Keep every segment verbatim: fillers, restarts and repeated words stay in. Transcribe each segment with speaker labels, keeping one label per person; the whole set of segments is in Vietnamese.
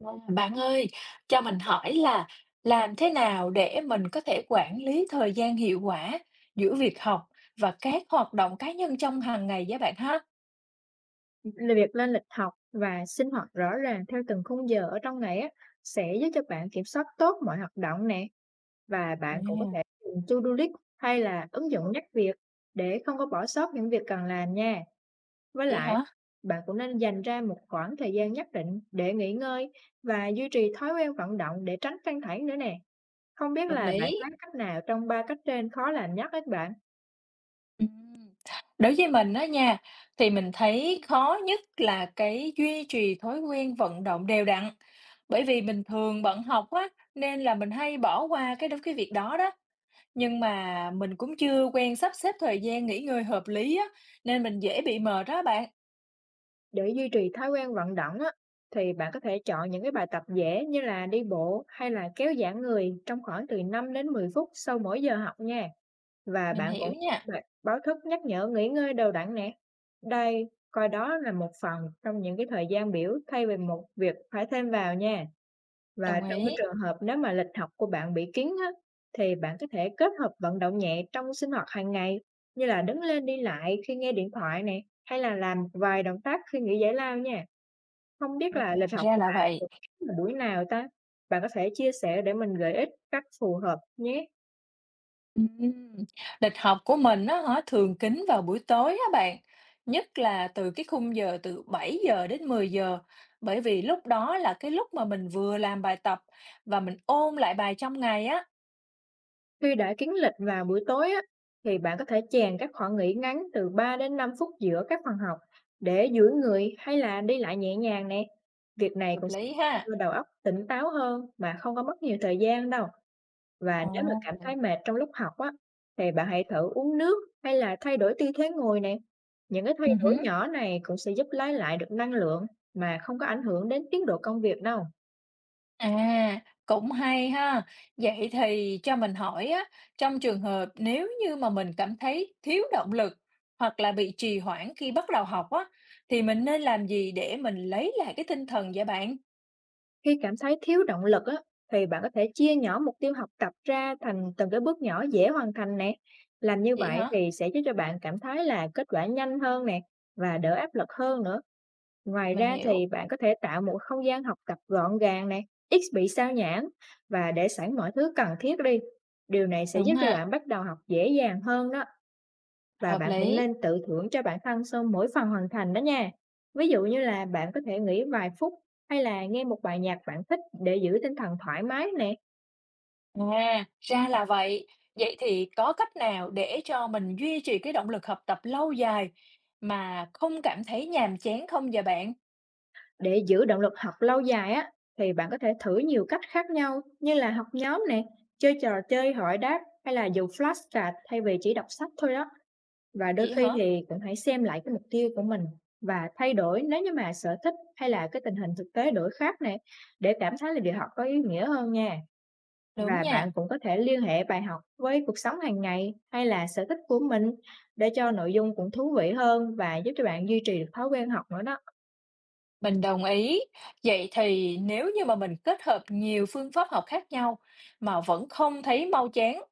Speaker 1: Wow, bạn ơi, cho mình hỏi là làm thế nào để mình có thể quản lý thời gian hiệu quả giữa việc học và các hoạt động cá nhân trong hàng ngày với bạn ha?
Speaker 2: Là việc lên lịch học và sinh hoạt rõ ràng theo từng khung giờ ở trong ngày á, sẽ giúp cho bạn kiểm soát tốt mọi hoạt động nè. Và bạn cũng có
Speaker 1: À,
Speaker 2: thể dùng to-do list hay là ứng dụng nhắc việc để không có bỏ sót những việc cần làm nha. Với
Speaker 1: vậy
Speaker 2: lại,
Speaker 1: hả?
Speaker 2: bạn cũng nên dành ra một khoảng thời gian nhất định để nghỉ ngơi và duy trì thói quen vận động để tránh căng thẳng nữa nè. Không biết
Speaker 1: Hợp
Speaker 2: là bạn
Speaker 1: lý.
Speaker 2: thấy cách nào trong ba cách trên khó làm nhất hết bạn?
Speaker 1: Ừm. Đối với mình đó nha, thì mình thấy khó nhất là cái duy trì thói quen vận động đều đặn. Bởi vì mình thường bận học á, nên là mình hay bỏ qua cái cái việc đó đó. Nhưng mà mình cũng chưa quen sắp xếp thời gian nghỉ ngơi hợp lý á, nên mình dễ bị mệt đó bạn.
Speaker 2: Để duy trì thói quen vận động á, thì bạn có thể chọn những cái bài tập dễ như là đi bộ hay là kéo giãn người trong khoảng từ năm đến mười phút sau mỗi giờ học nha. Và
Speaker 1: Mình
Speaker 2: bạn cũng
Speaker 1: hiểu nha,
Speaker 2: đặt báo thức nhắc nhở nghỉ ngơi đều đặn nè. Đây, coi đó là một phần trong những cái thời gian biểu thay vì một việc phải thêm vào nha. Và
Speaker 1: đồng
Speaker 2: trong cái
Speaker 1: ý.
Speaker 2: trường hợp nếu mà lịch học của bạn bị kín á, thì bạn có thể kết hợp vận động nhẹ trong sinh hoạt hàng ngày như là đứng lên đi lại khi nghe điện thoại nè hay là làm vài động tác khi nghỉ giải lao nha. Không biết
Speaker 1: À,
Speaker 2: là lịch học
Speaker 1: ra
Speaker 2: của
Speaker 1: là
Speaker 2: bạn
Speaker 1: vậy.
Speaker 2: được kín vào buổi nào ta? Bạn có thể chia sẻ để mình gợi ích cách phù hợp nhé.
Speaker 1: Ừm. Lịch học của mình nó hả thường kín vào buổi tối á bạn, nhất là từ cái khung giờ từ bảy giờ đến mười giờ, bởi vì lúc đó là cái lúc mà mình vừa làm bài tập và mình ôn lại bài trong ngày á.
Speaker 2: Khi đã kiến lịch vào buổi tối á, thì bạn có thể chèn các khoảng nghỉ ngắn từ ba đến năm phút giữa các phần học để duỗi người hay là đi lại nhẹ nhàng nè. Việc này
Speaker 1: Hợp
Speaker 2: cũng sẽ
Speaker 1: lý ha.
Speaker 2: cho đầu óc tỉnh táo hơn mà không có mất nhiều thời gian đâu. Và nếu mà cảm
Speaker 1: Ồ.
Speaker 2: thấy mệt trong lúc học á, thì bạn hãy thử uống nước hay là thay đổi tư thế ngồi nè. Những cái thay đổi
Speaker 1: Oh.
Speaker 2: nhỏ này cũng sẽ giúp lấy lại được năng lượng mà không có ảnh hưởng đến tiến độ công việc đâu.
Speaker 1: À, cũng hay ha. Vậy thì cho mình hỏi á, trong trường hợp nếu như mà mình cảm thấy thiếu động lực hoặc là bị trì hoãn khi bắt đầu học á, thì mình nên làm gì để mình lấy lại cái tinh thần vậy bạn?
Speaker 2: Khi cảm thấy thiếu động lực á, thì bạn có thể chia nhỏ mục tiêu học tập ra thành từng cái bước nhỏ dễ hoàn thành nè. Làm như
Speaker 1: Vậy
Speaker 2: vậy
Speaker 1: hả?
Speaker 2: thì sẽ giúp cho bạn cảm thấy là kết quả nhanh hơn nè và đỡ áp lực hơn nữa. Ngoài
Speaker 1: Mình
Speaker 2: ra
Speaker 1: hiểu.
Speaker 2: thì bạn có thể tạo một không gian học tập gọn gàng nè, ít bị sao nhãng và để sẵn mọi thứ cần thiết đi. Điều này sẽ giúp
Speaker 1: Đúng
Speaker 2: cho
Speaker 1: ha,
Speaker 2: bạn bắt đầu học dễ dàng hơn đó. Và
Speaker 1: hợp
Speaker 2: bạn cũng
Speaker 1: lý.
Speaker 2: nên tự thưởng cho bản thân sau mỗi phần hoàn thành đó nha. Ví dụ như là bạn có thể nghỉ vài phút hay là nghe một bài nhạc bạn thích để giữ tinh thần thoải mái nè.
Speaker 1: À, ra là vậy. Vậy thì có cách nào để cho mình duy trì cái động lực học tập lâu dài mà không cảm thấy nhàm chán không vậy bạn?
Speaker 2: Để giữ động lực học lâu dài á, thì bạn có thể thử nhiều cách khác nhau như là học nhóm nè, chơi trò chơi hỏi đáp hay là dùng flashcard thay vì chỉ đọc sách thôi đó. Và đôi
Speaker 1: Vậy
Speaker 2: khi
Speaker 1: hả?
Speaker 2: thì cũng hãy xem lại cái mục tiêu của mình và thay đổi nếu như mà sở thích hay là cái tình hình thực tế đổi khác nè, để cảm thấy là việc học có ý nghĩa hơn nha.
Speaker 1: Đúng
Speaker 2: Và bạn
Speaker 1: nha.
Speaker 2: cũng có thể liên hệ bài học với cuộc sống hàng ngày hay là sở thích của mình để cho nội dung cũng thú vị hơn và giúp cho bạn duy trì được thói quen học nữa đó.
Speaker 1: Mình đồng ý. Vậy thì nếu như mà mình kết hợp nhiều phương pháp học khác nhau mà vẫn không thấy mau chán,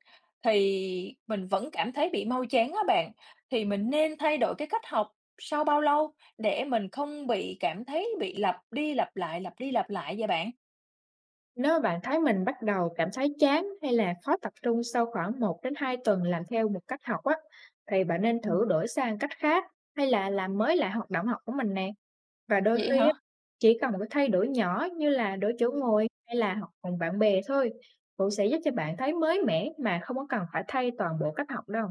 Speaker 1: thì mình vẫn cảm thấy bị mau chán á bạn, thì mình nên thay đổi cái cách học sau bao lâu để mình không bị cảm thấy bị lặp đi lặp lại, lặp đi lặp lại vậy bạn?
Speaker 2: Nếu mà bạn thấy mình bắt đầu cảm thấy chán hay là khó tập trung sau khoảng một đến hai tuần làm theo một cách học á, thì bạn nên thử
Speaker 1: Ừm.
Speaker 2: đổi sang cách khác hay là làm mới lại hoạt động học của mình nè. Và đôi
Speaker 1: Vậy
Speaker 2: khi
Speaker 1: hả?
Speaker 2: á, chỉ cần một cái thay đổi nhỏ như là đổi chỗ ngồi hay là học cùng bạn bè thôi cũng sẽ giúp cho bạn thấy mới mẻ mà không có cần phải thay toàn bộ cách học đâu.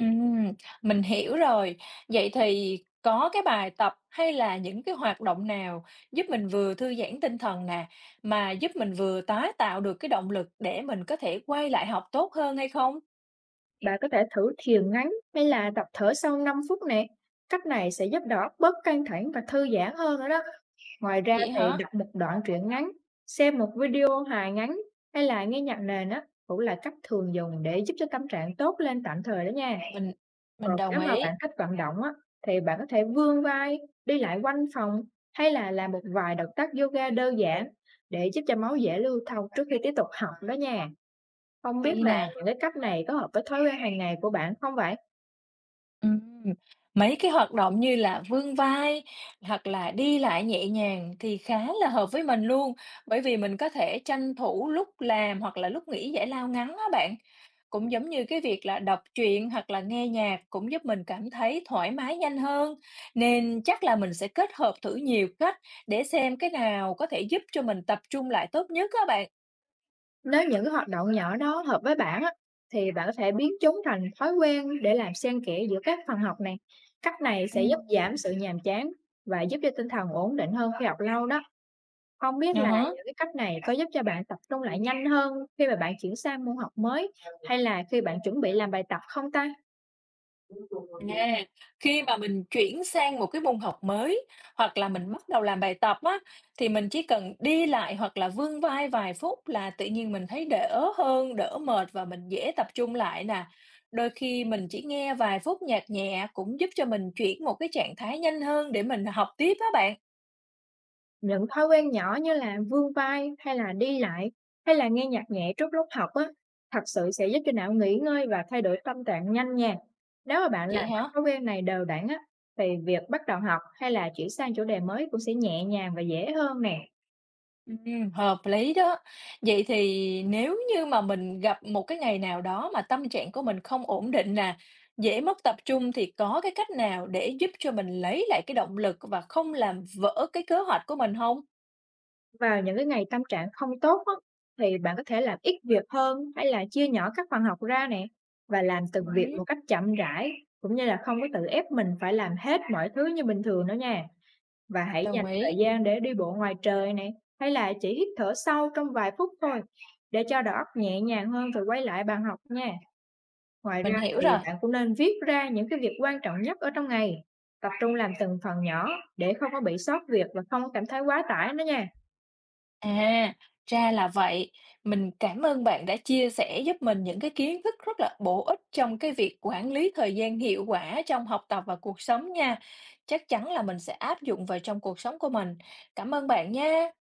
Speaker 1: Ừm, mình hiểu rồi. Vậy thì có cái bài tập hay là những cái hoạt động nào giúp mình vừa thư giãn tinh thần nè, mà giúp mình vừa tái tạo được cái động lực để mình có thể quay lại học tốt hơn hay không?
Speaker 2: Bạn có thể thử thiền ngắn hay là tập thở sau năm phút nè. Cách này sẽ giúp đầu óc bớt căng thẳng và thư giãn hơn nữa đó. Ngoài ra
Speaker 1: Vậy
Speaker 2: thì
Speaker 1: hả?
Speaker 2: đọc một đoạn truyện ngắn, xem một video hài ngắn hay là nghe nhạc nền á cũng là cách thường dùng để giúp cho tâm trạng tốt lên tạm thời đó nha.
Speaker 1: Mình
Speaker 2: Còn
Speaker 1: mình đồng
Speaker 2: nếu mà
Speaker 1: ý.
Speaker 2: bạn thích vận động á, thì bạn có thể vươn vai, đi lại quanh phòng hay là làm một vài động tác yoga đơn giản để giúp cho máu dễ lưu thông trước khi tiếp tục học đó nha. Không biết
Speaker 1: Hay
Speaker 2: là
Speaker 1: nè.
Speaker 2: những cái cách này có hợp với thói quen hàng ngày của bạn không vậy?
Speaker 1: Ừm, mấy cái hoạt động như là vươn vai hoặc là đi lại nhẹ nhàng thì khá là hợp với mình luôn, bởi vì mình có thể tranh thủ lúc làm hoặc là lúc nghỉ giải lao ngắn á bạn. Cũng giống như cái việc là đọc truyện hoặc là nghe nhạc cũng giúp mình cảm thấy thoải mái nhanh hơn, nên chắc là mình sẽ kết hợp thử nhiều cách để xem cái nào có thể giúp cho mình tập trung lại tốt nhất các bạn.
Speaker 2: Nếu những cái hoạt động nhỏ đó hợp với bạn á, thì bạn có thể biến chúng thành thói quen để làm xen kẽ giữa các phần học này. Cách này
Speaker 1: Ừ.
Speaker 2: sẽ giúp giảm sự nhàm chán và giúp cho tinh thần ổn định hơn khi học lâu đó. Không biết
Speaker 1: À
Speaker 2: là
Speaker 1: há.
Speaker 2: những cái cách này có giúp cho bạn tập trung lại nhanh hơn khi mà bạn chuyển sang môn học mới hay là khi bạn chuẩn bị làm bài tập không ta?
Speaker 1: À, khi mà mình chuyển sang một cái môn học mới hoặc là mình bắt đầu làm bài tập á, thì mình chỉ cần đi lại hoặc là vươn vai vài phút là tự nhiên mình thấy đỡ hơn, đỡ mệt và mình dễ tập trung lại nè. Đôi khi mình chỉ nghe vài phút nhạc nhẹ cũng giúp cho mình chuyển một cái trạng thái nhanh hơn để mình học tiếp á bạn.
Speaker 2: Những thói quen nhỏ như là vươn vai hay là đi lại, hay là nghe nhạc nhẹ trước lúc học á, thật sự sẽ giúp cho não nghỉ ngơi và thay đổi tâm trạng nhanh nha. Nếu mà bạn làm
Speaker 1: Vậy
Speaker 2: các
Speaker 1: hả?
Speaker 2: thói quen này đều đặn á, thì việc bắt đầu học hay là chuyển sang chủ đề mới cũng sẽ nhẹ nhàng và dễ hơn nè.
Speaker 1: Ừm, hợp lý đó. Vậy thì nếu như mà mình gặp một cái ngày nào đó mà tâm trạng của mình không ổn định nè, dễ mất tập trung thì có cái cách nào để giúp cho mình lấy lại cái động lực và không làm vỡ cái kế hoạch của mình không?
Speaker 2: Vào những cái ngày tâm trạng không tốt á, thì bạn có thể làm ít việc hơn hay là chia nhỏ các phần học ra nè và làm từng việc một
Speaker 1: Ừm,
Speaker 2: cách chậm rãi, cũng như là không có tự ép mình phải làm hết mọi thứ như bình thường nữa nha. Và hãy
Speaker 1: đồng
Speaker 2: dành thời
Speaker 1: ý,
Speaker 2: gian để đi bộ ngoài trời này, hay là chỉ hít thở sâu trong vài phút thôi, để cho đầu óc nhẹ nhàng hơn rồi quay lại bàn học nha. Ngoài
Speaker 1: mình
Speaker 2: ra
Speaker 1: hiểu
Speaker 2: thì
Speaker 1: rồi.
Speaker 2: bạn cũng nên viết ra những cái việc quan trọng nhất ở trong ngày, tập trung làm từng phần nhỏ để không có bị sót việc và không cảm thấy quá tải nữa nha.
Speaker 1: À, ra là vậy. Mình cảm ơn bạn đã chia sẻ giúp mình những cái kiến thức rất là bổ ích trong cái việc quản lý thời gian hiệu quả trong học tập và cuộc sống nha. Chắc chắn là mình sẽ áp dụng vào trong cuộc sống của mình. Cảm ơn bạn nha.